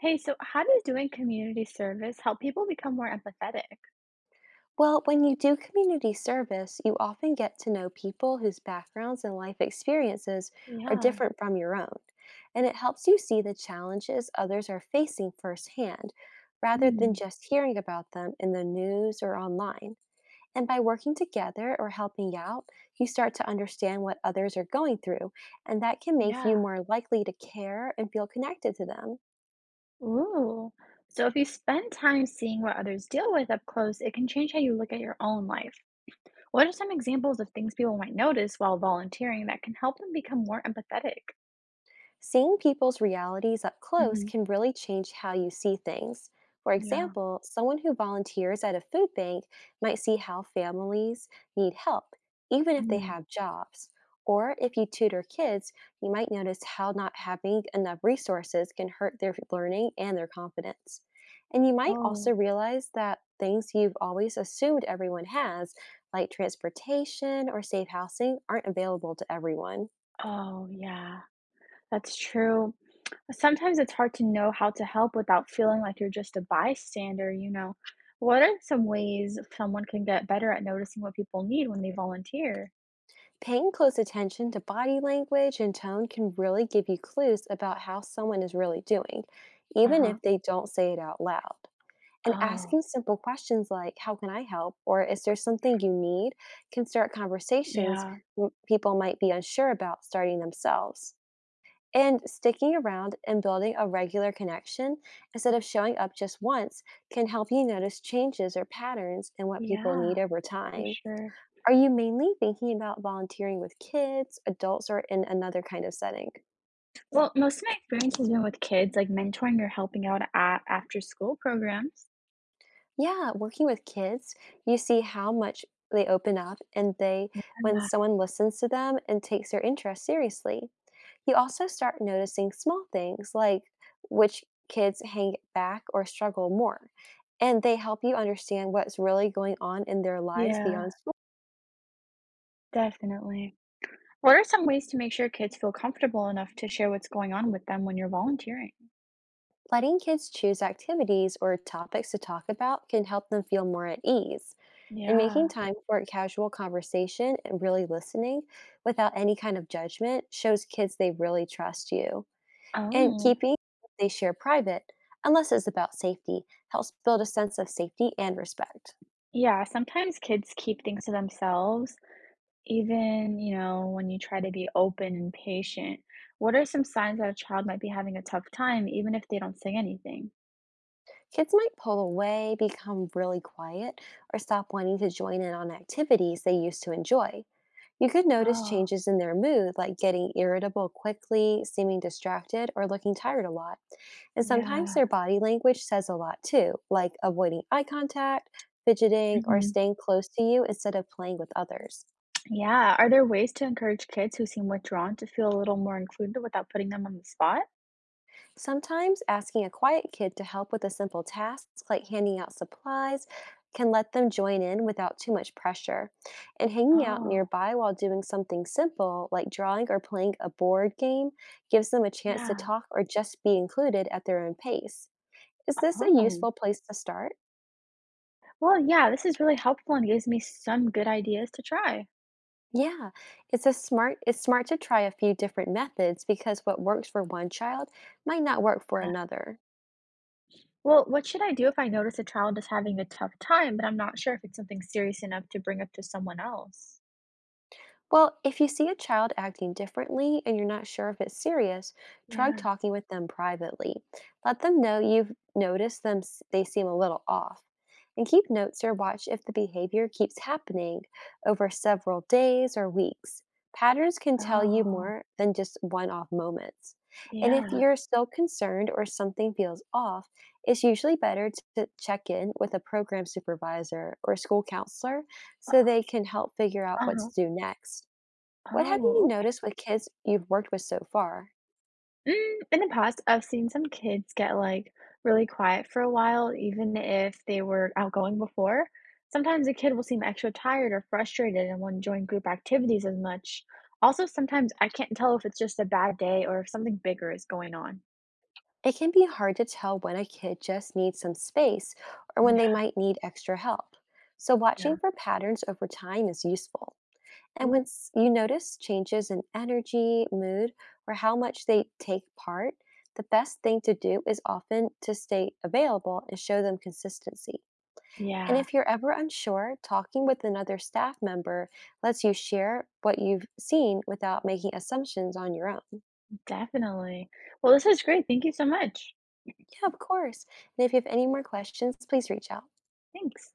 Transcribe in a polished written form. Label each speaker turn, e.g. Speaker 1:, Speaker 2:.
Speaker 1: Hey, so how does doing community service help people become more empathetic?
Speaker 2: Well, when you do community service, you often get to know people whose backgrounds and life experiences are
Speaker 1: Yeah.
Speaker 2: different from your own, and it helps you see the challenges others are facing firsthand rather than
Speaker 1: Mm.
Speaker 2: just hearing about them in the news or online. And by working together or helping out, you start to understand what others are going through, and that can make you
Speaker 1: Yeah.
Speaker 2: more likely to care and feel connected to them.
Speaker 1: Ooh. So if you spend time seeing what others deal with up close, it can change how you look at your own life. What are some examples of things people might notice while volunteering that can help them become more empathetic?
Speaker 2: Seeing people's realities up close
Speaker 1: Hmm.
Speaker 2: can really change how you see things. For
Speaker 1: Yeah.
Speaker 2: example, someone who volunteers at a food bank might see how families need help, even if they
Speaker 1: Mm.
Speaker 2: have jobs. Or if you tutor kids, you might notice how not having enough resources can hurt their learning and their confidence. And you might also
Speaker 1: Oh.
Speaker 2: realize that things you've always assumed everyone has, like transportation or safe housing, aren't available to everyone.
Speaker 1: Oh, oh yeah, that's true. Sometimes it's hard to know how to help without feeling like you're just a bystander. What are some ways someone can get better at noticing what people need when they volunteer?
Speaker 2: Paying close attention to body language and tone can really give you clues about how someone is really doing, even
Speaker 1: Uh-huh.
Speaker 2: if they don't say it out loud. And
Speaker 1: Oh,
Speaker 2: asking simple questions like, "How can I help?" or "Is there something you need?" can start conversations
Speaker 1: yeah.
Speaker 2: people might be unsure about starting themselves. And sticking around and building a regular connection instead of showing up just once can help you notice changes or patterns in what people
Speaker 1: Yeah,
Speaker 2: need over
Speaker 1: for
Speaker 2: time.
Speaker 1: sure.
Speaker 2: Are you mainly thinking about volunteering with kids, adults, or in another kind of setting?
Speaker 1: Yeah. Well, most of my experience has been with kids, like mentoring or helping out at after school programs.
Speaker 2: Yeah, working with kids, you see how much they open up and they when
Speaker 1: Yeah,
Speaker 2: someone listens to them and takes their interest seriously. You also start noticing small things like which kids hang back or struggle more, and they help you understand what's really going on in their lives
Speaker 1: yeah,
Speaker 2: beyond.
Speaker 1: definitely. What are some ways to make sure kids feel comfortable enough to share what's going on with them when you're volunteering?
Speaker 2: Letting kids choose activities or topics to talk about can help them feel more at ease. And making
Speaker 1: Yeah.
Speaker 2: time for casual conversation and really listening without any kind of judgment shows kids they really trust you. And
Speaker 1: Oh.
Speaker 2: keeping what they share private, unless it's about safety, helps build a sense of safety and respect.
Speaker 1: Yeah, sometimes kids keep things to themselves, when you try to be open and patient. What are some signs that a child might be having a tough time, even if they don't say anything?
Speaker 2: Kids might pull away, become really quiet, or stop wanting to join in on activities they used to enjoy. You could notice
Speaker 1: Oh,
Speaker 2: changes in their mood, like getting irritable quickly, seeming distracted, or looking tired a lot. And sometimes
Speaker 1: yeah.
Speaker 2: their body language says a lot too, like avoiding eye contact, fidgeting, or
Speaker 1: Hmm.
Speaker 2: staying close to you instead of playing with others.
Speaker 1: Yeah. Are there ways to encourage kids who seem withdrawn to feel a little more included without putting them on the spot?
Speaker 2: Sometimes asking a quiet kid to help with a simple task, like handing out supplies, can let them join in without too much pressure. And hanging out
Speaker 1: Oh,
Speaker 2: nearby while doing something simple, like drawing or playing a board game, gives them a chance to
Speaker 1: yeah.
Speaker 2: talk or just be included at their own pace. Is this a
Speaker 1: Oh,
Speaker 2: useful place to start?
Speaker 1: well, yeah, this is really helpful and gives me some good ideas to try.
Speaker 2: Yeah, it's smart to try a few different methods because what works for one child might not work for another.
Speaker 1: Well, what should I do if I notice a child is having a tough time, but I'm not sure if it's something serious enough to bring up to someone else?
Speaker 2: Well, if you see a child acting differently and you're not sure if it's serious, try
Speaker 1: Yeah.
Speaker 2: talking with them privately. Let them know you've noticed they seem a little off. And keep notes or watch if the behavior keeps happening over several days or weeks. Patterns can tell you
Speaker 1: Oh,
Speaker 2: more than just one off moments. And if
Speaker 1: yeah.
Speaker 2: you're still concerned or something feels off, it's usually better to check in with a program supervisor or school counselor so they can help figure out what to
Speaker 1: Uh-huh.
Speaker 2: do next. What have you
Speaker 1: Oh, okay.
Speaker 2: noticed with kids you've worked with so far?
Speaker 1: In the past, I've seen some kids get like really quiet for a while, even if they were outgoing before. Sometimes a kid will seem extra tired or frustrated and won't join group activities as much. Also, sometimes I can't tell if it's just a bad day or if something bigger is going on.
Speaker 2: It can be hard to tell when a kid just needs some space or when they
Speaker 1: Yeah,
Speaker 2: might need extra help. So,
Speaker 1: yeah.
Speaker 2: watching for patterns over time is useful. And
Speaker 1: Ooh.
Speaker 2: once you notice changes in energy, mood, or how much they take part, the best thing to do is often to stay available and show them consistency. And
Speaker 1: Yeah.
Speaker 2: if you're ever unsure, talking with another staff member lets you share what you've seen without making assumptions on your own.
Speaker 1: Definitely. Well, this is great. Thank you so much.
Speaker 2: Yeah, of course. And if you have any more questions, please reach out.
Speaker 1: Thanks.